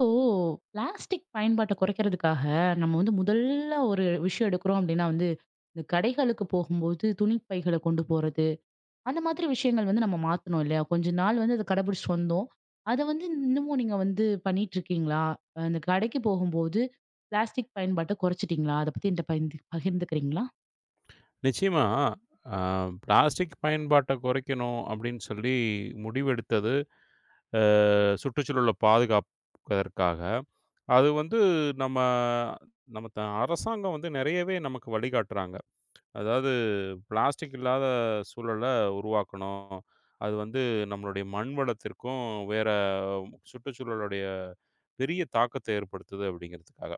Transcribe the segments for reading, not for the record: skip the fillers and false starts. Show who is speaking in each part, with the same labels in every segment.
Speaker 1: இப்போ பிளாஸ்டிக் பயன்பாட்ட குறைக்கிறதுக்காக நம்ம வந்து முதல்ல ஒரு விஷயம் எடுக்கிறோம் அப்படின்னா வந்து இந்த கடைகளுக்கு போகும்போது துணி பைகளை கொண்டு போறது அந்த மாதிரி விஷயங்கள் வந்து நம்ம மாத்தணும் இல்லையா? கொஞ்ச நாள் வந்து அதை கடைபிடிச்சிட்டு வந்தோம். அதை வந்து இன்னமும் நீங்க வந்து பண்ணிட்டு இருக்கீங்களா? இந்த கடைக்கு போகும்போது பிளாஸ்டிக் பயன்பாட்டை குறைச்சிட்டீங்களா? அதை பத்தி என்கிட்ட பகிர்ந்து பகிர்ந்துக்கிறீங்களா?
Speaker 2: நிச்சயமா. அ பிளாஸ்டிக் பயன்பாட்ட குறைக்கணும் அப்படின்னு சொல்லி முடிவெடுத்தது, அ சுற்றுச்சூழல பாதுகாப்பதற்காக. அது வந்து நம்ம நம்ம அரசாங்கம் வந்து நெறையவே நமக்கு வழிகாட்டுறாங்க. அதாவது பிளாஸ்டிக் இல்லாத சூழல உருவாக்கணும். அது வந்து நம்மளுடைய மண் வளத்திற்கும், வேற சுற்றுச்சூழலுடைய பெரிய தாக்கத்த ஏற்படுத்துது அப்படிங்கிறதுக்காக.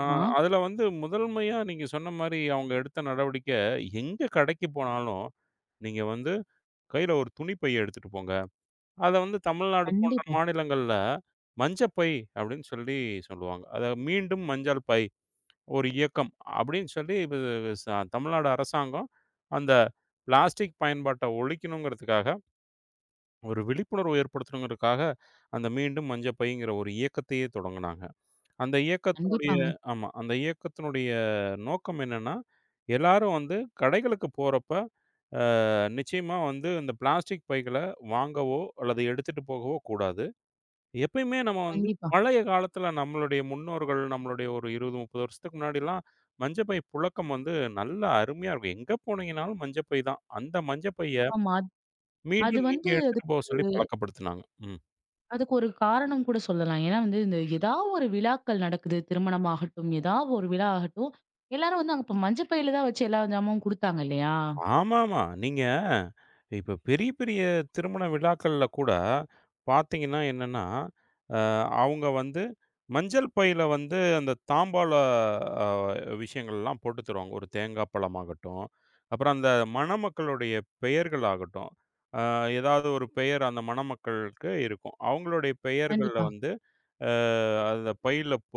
Speaker 1: ஆமா.
Speaker 2: அதுல வந்து முதன்மையா நீங்க சொன்ன மாரி அவங்க எடுத்த நடவடிக்கை, எங்க கடைக்கு போனாலும், நீங்க வந்து கையில ஒரு துணி பை எடுத்துட்டு போங்க. அத வந்து தமிழ்நாடு போன்ற
Speaker 1: கண்டிப்பா.
Speaker 2: மாநிலங்கள்ல மஞ்சப்பை அப்படின்னு சொல்லி சொல்லுவாங்க. அத மீண்டும் மஞ்சள் பை ஒரு இயக்கம் அப்படின்னு சொல்லி இது ச தமிழ்நாடு அரசாங்கம் அந்த பிளாஸ்டிக் பயன்பாட்ட ஒழிக்கணுங்கிறதுக்காக, ஒரு விழிப்புணர்வு ஏற்படுத்தணுங்கிறதுக்காக, அந்த மீண்டும் மஞ்சள் பைங்கிற ஒரு இயக்கத்தையே தொடங்குனாங்க. அந்த இயக்கத்தினுடைய
Speaker 1: கண்டிப்பாங்க.
Speaker 2: ஆமா. அந்த இயக்கத்தினுடைய நோக்கம் என்னன்னா, எல்லாரும் வந்து கடைகளுக்கு போறப்ப, நிச்சயமா வந்து இந்த பிளாஸ்டிக் பைகள வாங்கவோ, அல்லது எடுத்துட்டு போகவோ கூடாது. எப்பயுமே நம்ம வந்து
Speaker 1: கண்டிப்பா.
Speaker 2: பழைய காலத்தில நம்மளுடைய முன்னோர்கள், நம்மளுடைய ஒரு 20, 30 வருஷத்துக்கு முன்னாடிலாம் மஞ்ச பை புழக்கம் வந்து நல்ல அருமையா இருக்கும். எங்க போனீங்கனாலும் மஞ்ச பை தான். அந்த மஞ்ச பைய
Speaker 1: ஆமா. அது அது
Speaker 2: மீண்டும் நீங்க
Speaker 1: வந்து
Speaker 2: எடுத்துட்டு போக சொல்லி பழக்கப்படுத்துனாங்க. ம்.
Speaker 1: அதுக்கு ஒரு காரணம் கூட சொல்லலாம். ஏன்னா வந்து இந்த ஏதா ஒரு விழாக்கள் நடக்குது. திருமணமாகட்டும், ஏதா ஒரு விழா ஆகட்டும், எல்லாரும் வந்து அங்க இப்ப மஞ்ச பையில தான் வச்சு எல்லா ஜாமாவும் குடுத்தாங்க இல்லையா?
Speaker 2: ஆமாமா. நீங்க இப்ப பெரிய, பெரிய திருமண விழாக்கள்ல கூட பார்த்தீங்கன்னா என்னன்னா, அ அவங்க வந்து மஞ்சள் பையில வந்து அந்த தாம்பால அ விஷயங்கள்லாம் போட்டு தருவாங்க. ஒரு தேங்காய் பழமாகட்டும், அப்புறம் அந்த மணமக்களுடைய பெயர்கள் ஆகட்டும். அ ஏதாவது ஒரு பெயர் அந்த மணமக்கள்க்கு இருக்கும். அவங்களுடைய பெயர்கள்ல
Speaker 1: கண்டிப்பா.
Speaker 2: வந்து அ அந்த பையில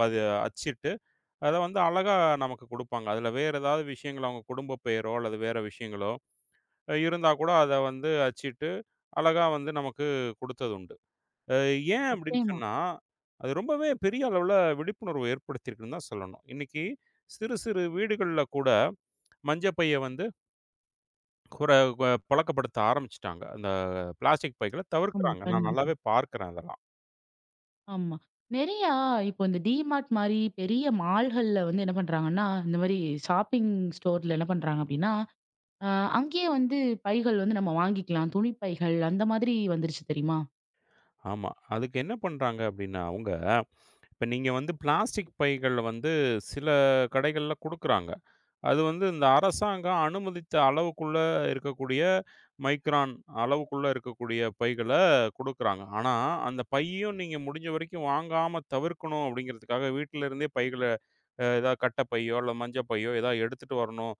Speaker 2: பது அச்சிட்டு அத வந்து அழகா நமக்கு குடுப்பாங்க. அதுல வேற ஏதாவது விஷயங்கள் அவங்க குடும்ப பெயரோ, அல்லது வேற விஷயங்களோ இருந்தா கூட அத வந்து அச்சிட்டு, அழகா வந்து நமக்கு குடுத்தது உண்டு. அ ஏன் அப்படின்னு
Speaker 1: நிச்சயமா.
Speaker 2: சொன்னா, அது ரொம்பவே பெரிய அளவுல விழிப்புணர்வு ஏற்படுத்தியிருக்குன்னு தான் சொல்லணும். இன்னைக்கு சிறு சிறு வீடுகள்ல கூட மஞ்ச பைய வந்து குற பழக்கப்படுத்த ஆரம்பிச்சுட்டாங்க. அந்த பிளாஸ்டிக் பைகள
Speaker 1: ஆமா.
Speaker 2: தவிர்க்கிறாங்க. நான்
Speaker 1: கண்டிப்பா.
Speaker 2: நல்லாவே பார்க்கிறேன் அதெல்லாம்.
Speaker 1: ஆமா. நெறையா இப்போ இந்த டிமார்ட் மாரி பெரிய மால்கள்ல வந்து என்ன பண்றாங்கன்னா, இந்த மாரி ஷாப்பிங் ஸ்டோர்ல என்ன பண்றாங்க அப்டின்னா, அ அங்கேயே வந்து பைகள் வந்து நம்ம வாங்கிக்கலாம். துணி பைகள் அந்த மாதிரி வந்துருச்சு தெரியுமா?
Speaker 2: ஆமா. அதுக்கு என்ன பண்றாங்க அப்படின்னா, அவங்க இப்ப நீங்க வந்து பிளாஸ்டிக் பைகள் வந்து சில கடைகள்ல குடுக்குறாங்க. அது வந்து இந்த அரசாங்கம் அனுமதித்த அளவுக்குள்ள இருக்கக்கூடிய மைக்ரான் அளவுக்குள்ள இருக்கக்கூடிய பைகள குடுக்குறாங்க. ஆனா, அந்த பையும் நீங்க முடிஞ்ச வரைக்கும் வாங்காம தவிர்க்கணும் அப்படிங்கிறதுக்காக, வீட்ல இருந்தே பைகள ஏதா கட்ட பையோ, இல்ல மஞ்ச பையோ ஏதா எடுத்துட்டு வரணும்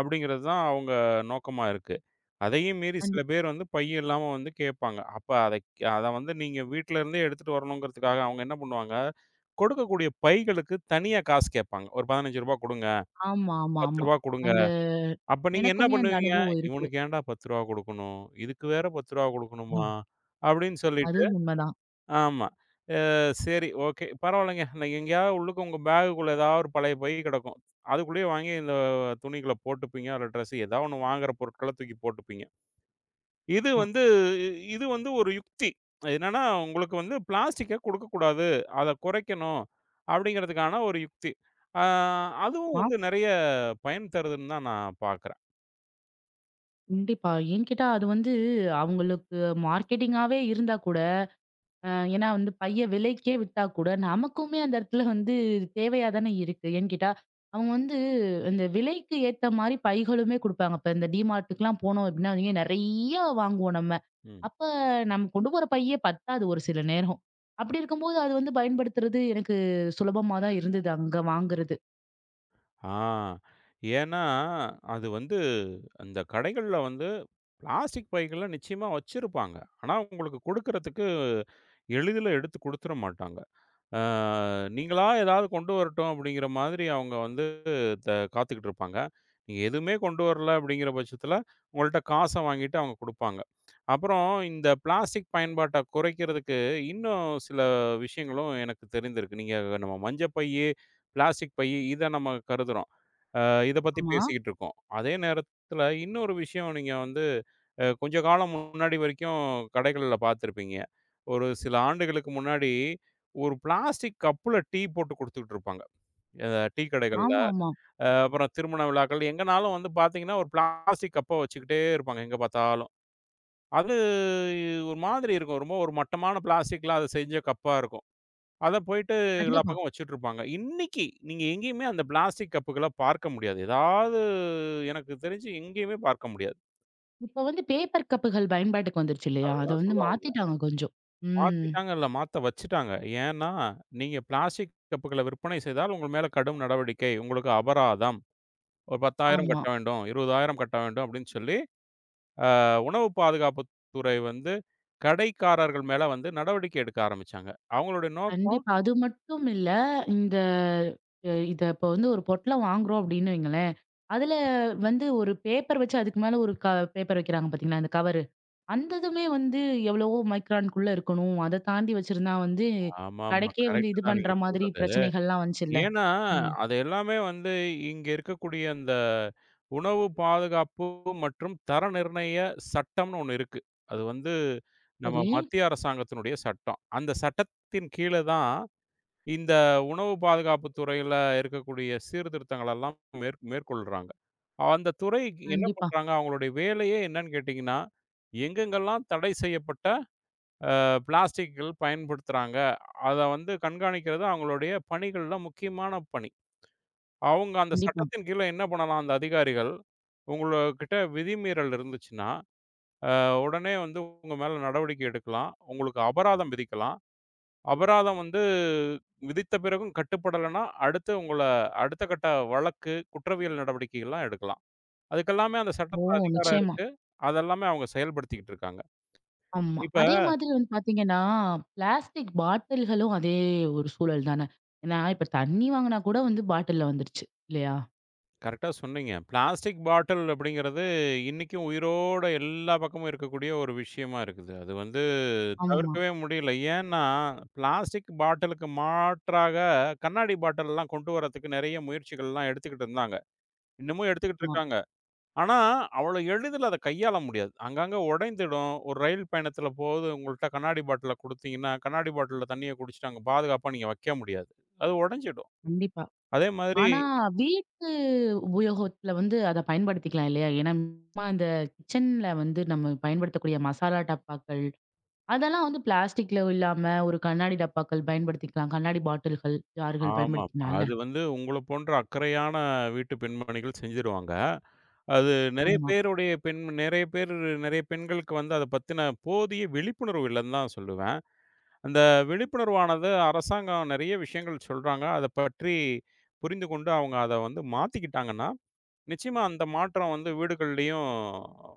Speaker 2: அப்படிங்கிறது தான் அவங்க நோக்கமா இருக்கு. அதையும் மீறி சில
Speaker 1: கண்டிப்
Speaker 2: பேர் வந்து பை இல்லாம வந்து கேட்பாங்க. அப்ப அதை அத வந்து நீங்க வீட்ல இருந்தே எடுத்துட்டு வரணுங்கிறதுக்காக அவங்க என்ன பண்ணுவாங்க, கொடுக்கக்கூடிய பைகளுக்கு தனியா காசு கேட்பாங்க. ஒரு ரூ. 15 கொடுங்க,
Speaker 1: ஆமா, ஆமா,
Speaker 2: ரூ.
Speaker 1: ஆமா.
Speaker 2: 10 கொடுங்க.
Speaker 1: அந்த
Speaker 2: அப்ப நீங்க என்ன
Speaker 1: எனக்குமே அந்த
Speaker 2: பண்ணுவீங்க?
Speaker 1: அனுபவம் இருக்கு.
Speaker 2: "இவனுக்கு ஏன்டா ரூ. 10 குடுக்கணும்? இதுக்கு வேற ரூ. 10 குடுக்கணுமா?"
Speaker 1: ம்.
Speaker 2: அப்படின்னு சொல்லிட்டு
Speaker 1: அதுவும் உண்மதான்.
Speaker 2: ஆமா. சரி ஓகே. பரவாயில்லங்க. நான் எங்கேயாவது உள்ளுக்கு உங்க பேகுக்குள்ள ஏதாவது ஒரு பழைய பை கிடக்கும். அதுக்குள்ளேயே வாங்கி இந்த துணிகள போட்டுப்பீங்க. அதில ட்ரெஸ் ஏதாவது ஒண்ணு வாங்குற பொருட்கள தூக்கி போட்டுப்பீங்க. இது வந்து இது வந்து ஒரு யுக்தி. என்னன்னா, உங்களுக்கு வந்து பிளாஸ்டிக்க குடுக்கக்கூடாது. அத குறைக்கணும் அப்படிங்கிறதுக்கான ஒரு யுக்தி. ஆ அதுவும்
Speaker 1: ஆமா.
Speaker 2: வந்து நெறைய பயன் தருதுன்னு தான் நான் பார்க்குறேன்.
Speaker 1: கண்டிப்பா. ஏன்னு கேட்டா, அது வந்து அவங்களுக்கு மார்க்கெட்டிங்காவே இருந்தா கூட, அ ஏன்னா வந்து பைய விலைக்கே விட்டா கூட, நமக்குமே அந்த இடத்துல வந்து தேவையா தானே இருக்கு. ஏன்னு கேட்டா, அவங்க வந்து இந்த விலைக்கு ஏத்த மாரி பைகளுமே குடுப்பாங்க. இப்ப இந்த டிமார்ட்டுக்குலாம் போனோம் அப்படின்னா, அவிங்க நெறைய வாங்குவோம் நம்ம.
Speaker 2: ம்.
Speaker 1: அப்ப நம்ம கொண்டு போற பையே பத்தாது ஒரு சில நேரம். அப்படி இருக்கும்போது அது வந்து பயன்படுத்துறது எனக்கு சுலபமா தான் இருந்தது, அங்க வாங்குறது.
Speaker 2: ஆ. ஏன்னா, அது வந்து அந்த கடைகள்ல வந்து பிளாஸ்டிக் பைகள நிச்சயமா வச்சிருப்பாங்க. ஆனா, உங்களுக்கு குடுக்குறதுக்கு எளிதில எடுத்து குடுத்துற மாட்டாங்க. ஆ நீங்களா ஏதாவது கொண்டு வரட்டும் அப்படிங்கிற மாதிரி அவங்க வந்து காத்துக்கிட்டு இருப்பாங்க. நீங்க எதுவுமே கொண்டு வரல அப்படிங்கிற பட்சத்தில, உங்கள்ட்ட காச வாங்கிட்டு அவங்க குடுப்பாங்க. அப்புறம் இந்த பிளாஸ்டிக் பயன்பாட்ட குறைக்கிறதுக்கு இன்னும் சில விஷயங்களும் எனக்கு தெரிந்திருக்கு. நீங்க நம்ம மஞ்ச பையி, பிளாஸ்டிக் பையி இத நம்ம கருதுறோம். அ இத பத்தி
Speaker 1: ஆமா.
Speaker 2: பேசிக்கிட்டு இருக்கோம். அதே நேரத்தில இன்னொரு விஷயம் நீங்க வந்து கொஞ்ச காலம் முன்னாடி வரைக்கும் கடைகள்ல பார்த்துருப்பீங்க. ஒரு சில ஆண்டுகளுக்கு முன்னாடி ஒரு பிளாஸ்டிக் கப்புல டீ போட்டு குடுத்துக்கிட்டு இருப்பாங்க. அ டீ கடைகள்ல.
Speaker 1: ஆமாமா.
Speaker 2: அப்புறம் திருமண விழாக்கள் எங்கனாலும் வந்து பார்த்தீங்கன்னா, ஒரு பிளாஸ்டிக் கப்ப வச்சுக்கிட்டே இருப்பாங்க எங்க பார்த்தாலும். அது ஒரு மாதிரி இருக்கும். ரொம்ப ஒரு மட்டமான பிளாஸ்டிக்ல அது செஞ்ச கப்பா இருக்கும். அத போயிட்டு எல்லா
Speaker 1: கண்டிப்பா.
Speaker 2: பக்கம் வச்சுட்ருப்பாங்க. இன்னைக்கு நீங்க எங்கேயுமே அந்த பிளாஸ்டிக் கப்புகள பார்க்க முடியாது. ஏதாவது எனக்கு தெரிஞ்சு எங்கேயுமே பார்க்க முடியாது.
Speaker 1: இப்ப வந்து பேப்பர் கப்புகள் பயன்பாட்டுக்கு வந்துருச்சு இல்லையா? அத
Speaker 2: அதுதான்
Speaker 1: வந்து
Speaker 2: சொல்ல வந்தேன்.
Speaker 1: மாத்திட்டாங்க கொஞ்சம். ம்.
Speaker 2: மாத்திட்டாங்க இல்ல மாத்த வச்சுட்டாங்க. ஏன்னா, நீங்க பிளாஸ்டிக் கப்புகள விற்பனை செய்தால் உங்கள் மேல கடும் நடவடிக்கை. உங்களுக்கு அபராதம். ஒரு 10,000
Speaker 1: ஆமா.
Speaker 2: கட்ட வேண்டும். 20,000 கட்ட வேண்டும் அப்படின்னு சொல்லி, உணவு பாதுகாப்பு துறை வந்து கடைக்காரர்கள் மேல வந்து நடவடிக்கை எடுக்க ஆரம்பிச்சாங்க. அவங்களுடைய நோக்கம்
Speaker 1: கண்டிப்பா. அது மட்டும் இல்ல. இந்த இத இப்ப வந்து ஒரு பொட்டலம் வாங்குறோம் அப்படின்னு வைங்களேன். அதுல வந்து ஒரு பேப்பர் வச்சு அதுக்கு மேல ஒரு பேப்பர் வைக்கிறாங்க பார்த்தீங்களா? அந்த கவரு. அந்த இதுமே வந்து எவ்வளவோ மைக்ரான்க்குள்ள இருக்கணும். அத தாண்டி வச்சிருந்தா வந்து
Speaker 2: ஆமாமா.
Speaker 1: கடைக்கே வந்து இது
Speaker 2: கரெக்ட்டு தான் நீங்க
Speaker 1: பண்ற மாதிரி
Speaker 2: சொல்றது.
Speaker 1: பிரச்சனைகள்லாம் வந்துச்சுல்ல.
Speaker 2: ஏன்னா,
Speaker 1: ம்.
Speaker 2: அது எல்லாமே வந்து இங்க இருக்கக்கூடிய அந்த உணவு பாதுகாப்பு மற்றும் தர நிர்ணய சட்டம்னு ஒண்ணு இருக்கு. அது வந்து நம்ம
Speaker 1: சரி.
Speaker 2: மத்திய அரசாங்கத்தினுடைய சட்டம். அந்த சட்டத்தின் கீழ தான் இந்த உணவு பாதுகாப்பு துறையில இருக்கக்கூடிய சீர்திருத்தங்கள் எல்லாம் மேற்கொள்றாங்க. அந்த துறை என்ன
Speaker 1: கண்டிப்பா,
Speaker 2: பண்றாங்க, அவங்களுடைய வேலையே என்னன்னு கேட்டீங்கன்னா, எங்கெங்கெல்லாம் தடை செய்யப்பட்ட பிளாஸ்டிக்குகள் பயன்படுத்துறாங்க, அத வந்து கண்காணிக்கிறது அவங்களுடைய பணிகள்ல முக்கியமான பணி. அவங்க அந்த
Speaker 1: கண்டிப்பா.
Speaker 2: சட்டத்தின் கீழ என்ன பண்ணலாம் அந்த அதிகாரிகள், உங்கள்கிட்ட விதிமீறல் இருந்துச்சுன்னா, அ உடனே வந்து உங்க மேல நடவடிக்கை எடுக்கலாம். உங்களுக்கு அபராதம் விதிக்கலாம். அபராதம் வந்து விதித்த பிறகும் கட்டுப்படலன்னா, அடுத்து உங்கள அடுத்த கட்ட வழக்கு, குற்றவியல் நடவடிக்கைகள்லாம் எடுக்கலாம். அதுக்கெல்லாமே அந்த
Speaker 1: ஓ!
Speaker 2: சட்டத்துல அதிகாரம்
Speaker 1: நிச்சயமா.
Speaker 2: இருக்கு. அதெல்லாமே அவங்க செயல்படுத்திக்கிட்டு இருக்காங்க.
Speaker 1: ஆமா.
Speaker 2: இப்ப
Speaker 1: அதே மாதிரி வந்து பாத்தீங்கன்னா, பிளாஸ்டிக் பாட்டில்களும் அதே ஒரு சூழல் தானே. ஏன்னா, இப்ப தண்ணி வாங்குனா கூட வந்து பாட்டில்ல வந்துருச்சு. இல்லையா?
Speaker 2: கரெக்ட்டா சொன்னீங்க. பிளாஸ்டிக் பாட்டில் அப்படிங்கிறது இன்னைக்கும் உயிரோட எல்லா பக்கமும் இருக்கக்கூடிய ஒரு விஷயமா இருக்குது. அது வந்து
Speaker 1: ஆமா,
Speaker 2: தவிர்க்கவே முடியல. ஏன்னா, பிளாஸ்டிக் பாட்டிலுக்கு மாற்றாக கண்ணாடி பாட்டில்லாம் கொண்டு வரதுக்கு நெறைய முயற்சிகள்லாம் எடுத்துக்கிட்டு இருந்தாங்க. இன்னமும் எடுத்துக்கிட்டு
Speaker 1: ஆமா.
Speaker 2: இருக்காங்க. ஆனா, அவ்வளோ எளிதில அத கையாள முடியாது. அங்கங்க உடைந்துடும். ஒரு ரயில் பயணத்தில போது உங்கள்ட்ட கண்ணாடி பாட்டில குடுத்தீங்கன்னா, கண்ணாடி பாட்டில்ல தண்ணிய குடிச்சுட்டு அங்க பாதுகாப்பா நீங்க வைக்க முடியாது. அது உடைஞ்சிடும்.
Speaker 1: கண்டிப்பா.
Speaker 2: அதே மாதிரி
Speaker 1: ஆனா, வீட்டு உபயோகத்துல வந்து அத பயன்படுத்திக்கலாம் இல்லையா? ஏன்னா, சும்மா இந்த கிச்சன்ல வந்து நம்ம பயன்படுத்தக்கூடிய மசாலா டப்பாக்கள், அதெல்லாம் வந்து பிளாஸ்டிக்ல இல்லாம ஒரு கண்ணாடி டப்பாக்கள் பயன்படுத்திக்கலாம். கண்ணாடி பாட்டில்கள், ஜார்கள்
Speaker 2: ஆமாம்.
Speaker 1: பயன்படுத்திக்கலாம்ல?
Speaker 2: அது வந்து உங்கள போன்ற அக்கறையான வீட்டு பெண்மணிகள் செஞ்சுருவாங்க. அது நெறைய
Speaker 1: ஆமா,
Speaker 2: பேருடைய பெண் நெறைய பேர் நெறைய பெண்களுக்கு வந்து அத பத்தின போதிய விழிப்புணர்வு இல்லன்னு தான் சொல்லுவேன். அந்த விழிப்புணர்வானது அரசாங்கம் நெறைய விஷயங்கள் சொல்றாங்க. அத பற்றி புரிந்து கொண்டு அவங்க அத வந்து மாத்திக்கிட்டாங்கன்னா, நிச்சயமா அந்த மாற்றம் வந்து வீடுகள்லயும்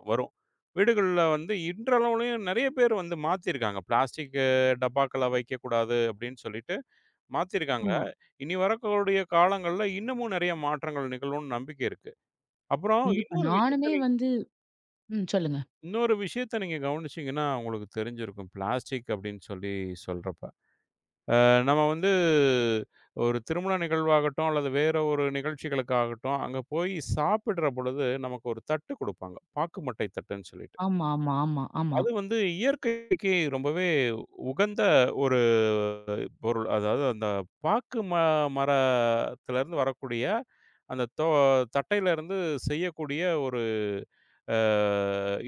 Speaker 2: வரும். வீடுகள்ல வந்து இன்றளவுலயும் நெறைய பேர் வந்து மாத்திருக்காங்க. பிளாஸ்டிக் டப்பாக்கள வைக்கக்கூடாது அப்படின்னு சொல்லிட்டு மாத்திருக்காங்க.
Speaker 1: ஆமா.
Speaker 2: இனி வரக்கூடிய காலங்கள்ல இன்னமும் நெறைய மாற்றங்கள் நிகழும்னு நம்பிக்கை இருக்கு. அப்புறம்
Speaker 1: கண்டிப்பா.
Speaker 2: இன்னொரு விஷயத்த
Speaker 1: நானுமே வந்து ம். சொல்லுங்க.
Speaker 2: இன்னொரு விஷயத்த நீங்க கவனிச்சீங்கன்னா, உங்களுக்கு தெரிஞ்சிருக்கும். பிளாஸ்டிக் அப்படின்னு சொல்லி சொல்றப்ப. நம்ம வந்து ஒரு திருமண நிகழ்வாகட்டும், அல்லது வேற ஒரு நிகழ்ச்சிகளுக்காகட்டும், அங்க போய் சாப்பிடுற பொழுது நமக்கு ஒரு தட்டு குடுப்பாங்க. பாக்கு மட்டை தட்டுன்னு சொல்லிட்டு.
Speaker 1: ஆமா, ஆமா, ஆமா, ஆமா,
Speaker 2: அது வந்து இயற்கைக்கு ரொம்பவே உகந்த ஒரு பொருள். அதாவது அந்த பாக்கு ம மரத்திலருந்து வரக்கூடிய, அந்த தோ தட்டையிலருந்து செய்யக்கூடிய ஒரு அ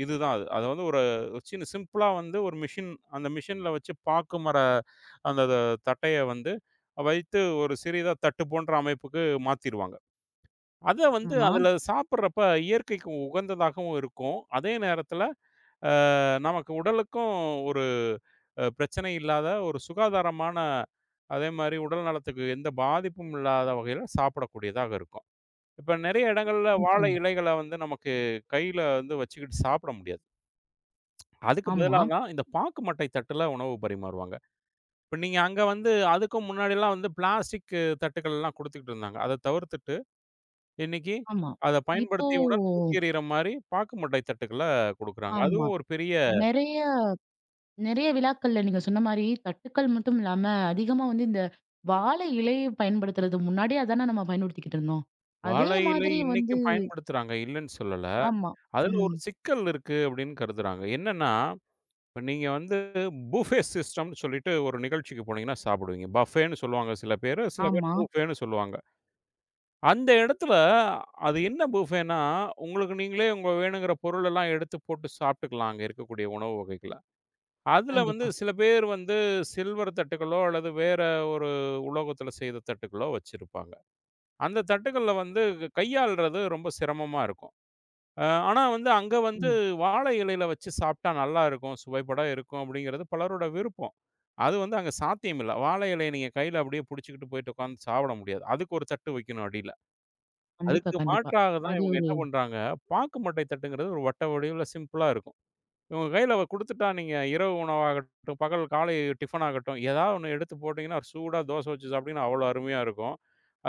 Speaker 2: இதுதான் அது. அது வந்து ஒரு ஒரு சின்ன சிம்பிளா வந்து ஒரு மிஷின் அந்த மிஷின்ல வச்சு பாக்கு மர அந்த த தட்டைய வந்து வைத்து ஒரு சிறிதா தட்டு போன்ற அமைப்புக்கு மாத்திருவாங்க. அத வந்து
Speaker 1: ஆமா.
Speaker 2: அதில சாப்பிடுறப்ப இயற்கைக்கு உகந்ததாகவும் இருக்கும். அதே நேரத்தில நமக்கு உடலுக்கும் ஒரு பிரச்சனை இல்லாத, ஒரு சுகாதாரமான அதேமாரி உடல் நலத்துக்கு எந்த பாதிப்பும் இல்லாத வகையில சாப்பிடக்கூடியதாக இருக்கும். இப்ப நெறைய இடங்கள்ல வாழை
Speaker 1: நிச்சயமா.
Speaker 2: இலைகள வந்து நமக்கு கையில வந்து வச்சுக்கிட்டு சாப்பிட முடியாது. அதுக்கு
Speaker 1: ஆமா,
Speaker 2: பதிலா தான் இந்த பாக்கு மட்டை தட்டுல உணவு பரிமாறுவாங்க. இப்ப நீங்க அங்க வந்து அதுக்கும் முன்னாடிலாம் வந்து பிளாஸ்டிக் தட்டுக்கள்லாம் குடுத்துக்கிட்டு இருந்தாங்க. அத தவிர்த்துட்டு, இன்னைக்கு
Speaker 1: ஆமா.
Speaker 2: அத
Speaker 1: இப்போ
Speaker 2: பயன்படுத்தியவுடன் தூக்கி எறியிற மாரி பாக்கு மட்டை தட்டுகள குடுக்குறாங்க.
Speaker 1: ஆமா.
Speaker 2: அதுவும் ஒரு பெரிய
Speaker 1: நெறைய நெறைய விழாக்கள்ல நீங்க சொன்ன மாரி, தட்டுக்கள் மட்டும் இல்லாம, அதிகமா வந்து இந்த வாழை இலைய பயன்படுத்துறது. முன்னாடியே அதானே நம்ம பயன்படுத்திக்கிட்டு இருந்தோம். அதே
Speaker 2: வாழை இலை
Speaker 1: மாதிரி வந்து
Speaker 2: இன்னைக்கும் பயன்படுத்துறாங்க, இல்லன்னு சொல்லல.
Speaker 1: ஆமா.
Speaker 2: அதுல
Speaker 1: ம்.
Speaker 2: ஒரு சிக்கல் இருக்கு அப்படின்னு கருதுறாங்க. என்னன்னா, இப்ப நீங்க வந்து புஃபே சிஸ்டம்ன்னு சொல்லிட்டு ஒரு நிகழ்ச்சிக்கு போனீங்கன்னா சாப்பிடுவீங்க. பஃபேன்னு சொல்லுவாங்க சில பேரு, சில பேர்
Speaker 1: ஆமா.
Speaker 2: புஃபேன்னு சொல்லுவாங்க. அந்த இடத்துல அது என்ன புஃபேன்னா, உங்களுக்கு நீங்களே உங்க வேணுங்கிற பொருளெல்லாம் எடுத்து போட்டு சாப்பிட்டுக்கலாம், அங்க இருக்கக்கூடிய உணவு வகைகள. அதுல வந்து
Speaker 1: கண்டிப்பா.
Speaker 2: சில பேர் வந்து சில்வர் தட்டுகளோ அல்லது வேற ஒரு உலோகத்துல செய்த தட்டுகளோ வச்சிருப்பாங்க. அந்த தட்டுகள்ல வந்து கையாள்றது ரொம்ப சிரமமா இருக்கும். ஆனா வந்து அங்க வந்து
Speaker 1: ம்.
Speaker 2: வாழை இலையில வச்சு சாப்பிட்டா நல்லாருக்கும், சுவைபட இருக்கும் அப்படிங்கிறது பலரோட விருப்பம். அது வந்து அங்க சாத்தியம் இல்ல. வாழை இலைய நீங்க கையில அப்படியே புடிச்சுக்கிட்டு போயிட்டு உட்கார்ந்து சாப்பிட முடியாது. அதுக்கு ஒரு தட்டு வைக்கணும் அடியில.
Speaker 1: கண்டிப்பா,
Speaker 2: அதுக்கு
Speaker 1: கண்டிப்பா.
Speaker 2: மாற்றாக தான்
Speaker 1: அது
Speaker 2: இவங்க
Speaker 1: ஒரு
Speaker 2: என்ன பண்றாங்க, பாக்கு மட்டை தட்டுங்கிறது ஒரு வட்ட வடிவுல சிம்பிளா இருக்கும். உங்க கையில அவ குடுத்துட்டா, நீங்க இரவு உணவாகட்டும், பகல் காலை டிஃபன் ஆகட்டும், ஏதாவது ஒண்ணு எடுத்து போட்டீங்கன்னா, சூடா தோசை வச்சு சாப்பிட்டீங்கன்னா, அவ்வளோ அருமையா இருக்கும்.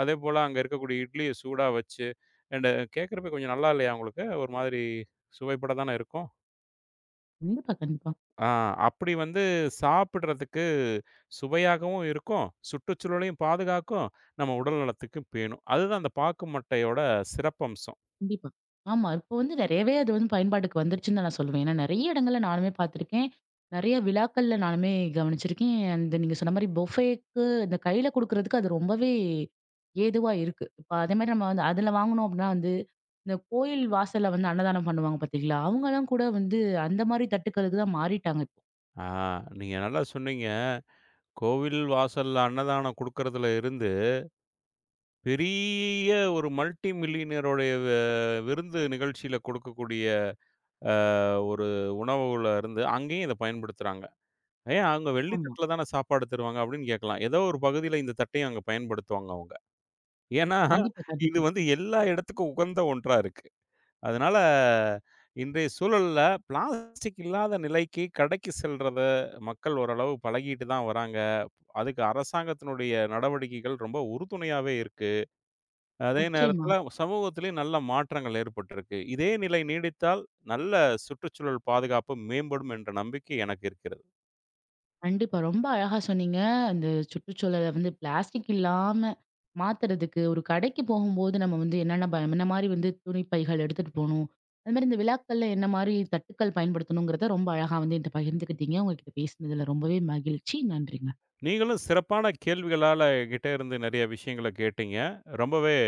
Speaker 2: அதேபோல அங்க இருக்கக்கூடிய இட்லிய சூடா வச்சு, அண்ட் கேட்கறப்ப கொஞ்சம் நல்லா இல்லையா உங்களுக்கு? ஒரு மாதிரி சுவைபட தானே இருக்கும்.
Speaker 1: கண்டிப்பா, கண்டிப்பா.
Speaker 2: ஆ அப்படி வந்து சாப்பிடுறதுக்கு சுவையாகவும் இருக்கும், சுற்றுச்சூழலையும் பாதுகாக்கும், நம்ம உடல் நலத்துக்கும் பேணும். அதுதான் அந்த பாக்கு மட்டையோட சிறப்பம்சம்.
Speaker 1: கண்டிப்பா. ஆமா. இப்போ வந்து நெறையவே அது வந்து பயன்பாட்டுக்கு வந்துருச்சுன்னு தான் நான் சொல்லுவேன். ஏன்னா நெறைய இடங்கள்ல நானுமே பார்த்துருக்கேன். நெறைய விழாக்கள்ல நானுமே கவனிச்சிருக்கேன். அந்த நீங்க சொன்ன மாரி பொஃபேக்கு இந்த கையில குடுக்குறதுக்கு அது ரொம்பவே ஏதுவா இருக்கு. இப்ப அதேமாரி நம்ம வந்து அதுல வாங்குனோம் அப்டின்னா வந்து, இந்த கோயில் வாசல்ல வந்து அன்னதானம் பண்ணுவாங்க பார்த்தீங்களா? அவங்கலாம் கூட வந்து அந்த மாரி தட்டுக்களுக்கு தான் மாறிட்டாங்க இப்போ.
Speaker 2: ஆ நீங்க நல்லா சொன்னீங்க. கோவில் வாசல்ல அன்னதானம் குடுக்கறதுல இருந்து பெரிய ஒரு மல்டி மில்லியனருடைய விருந்து நிகழ்ச்சியில கொடுக்கக்கூடிய ஒரு உணவுல இருந்து, அங்கேயும் இத பயன்படுத்துறாங்க. "ஏன் அங்க வெள்ளி
Speaker 1: ஆமா.
Speaker 2: தட்டுல தான சாப்பாடு தருவாங்க" அப்படின்னு கேட்கலாம். ஏதோ ஒரு பகுதியில இந்த தட்டையும் அங்க பயன்படுத்துவாங்க அவங்க. ஏன்னா,
Speaker 1: கண்டிப்பா,
Speaker 2: இது
Speaker 1: கண்டிப்பா.
Speaker 2: வந்து எல்லா இடத்துக்கும் உகந்த ஒன்றா இருக்கு. அதனால இன்றைய சூழல்ல பிளாஸ்டிக் இல்லாத நிலைக்கு கடைக்கு செல்றத மக்கள் ஓரளவு பழகிட்டு தான் வராங்க. அதுக்கு அரசாங்கத்தினுடைய நடவடிக்கைகள் ரொம்ப உறுதுணையாவே இருக்கு. அதே
Speaker 1: நிச்சயமா.
Speaker 2: நேரத்துல சமூகத்திலயும் நல்ல மாற்றங்கள் ஏற்பட்டிருக்கு. இதே நிலை நீடித்தால் நல்ல சுற்றுச்சூழல் பாதுகாப்பு மேம்படும் என்ற நம்பிக்கை எனக்கு இருக்கிறது.
Speaker 1: கண்டிப்பா. ரொம்ப அழகா சொன்னீங்க. அந்த சுற்றுச்சூழல வந்து பிளாஸ்டிக் இல்லாம மாத்துறதுக்கு, ஒரு கடைக்கு போகும்போது நம்ம வந்து என்னென்ன என்ன மாரி வந்து துணி பைகள் எடுத்துட்டு போணும்? அது மாரி இந்த விழாக்கள்ல என்ன மாரி தட்டுக்கள் பயன்படுத்தணுங்கிறத ரொம்ப அழகா வந்து என்ட்ட பகிர்ந்துக்கிட்டீங்க. உங்ககிட்ட பேசினதுல ரொம்பவே மகிழ்ச்சி. நன்றிங்க.
Speaker 2: நீங்களும் சிறப்பான கேள்விகளால என்கிட்ட இருந்து நெறைய விஷயங்கள கேட்டீங்க. ரொம்பவே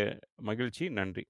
Speaker 2: மகிழ்ச்சி. நன்றி.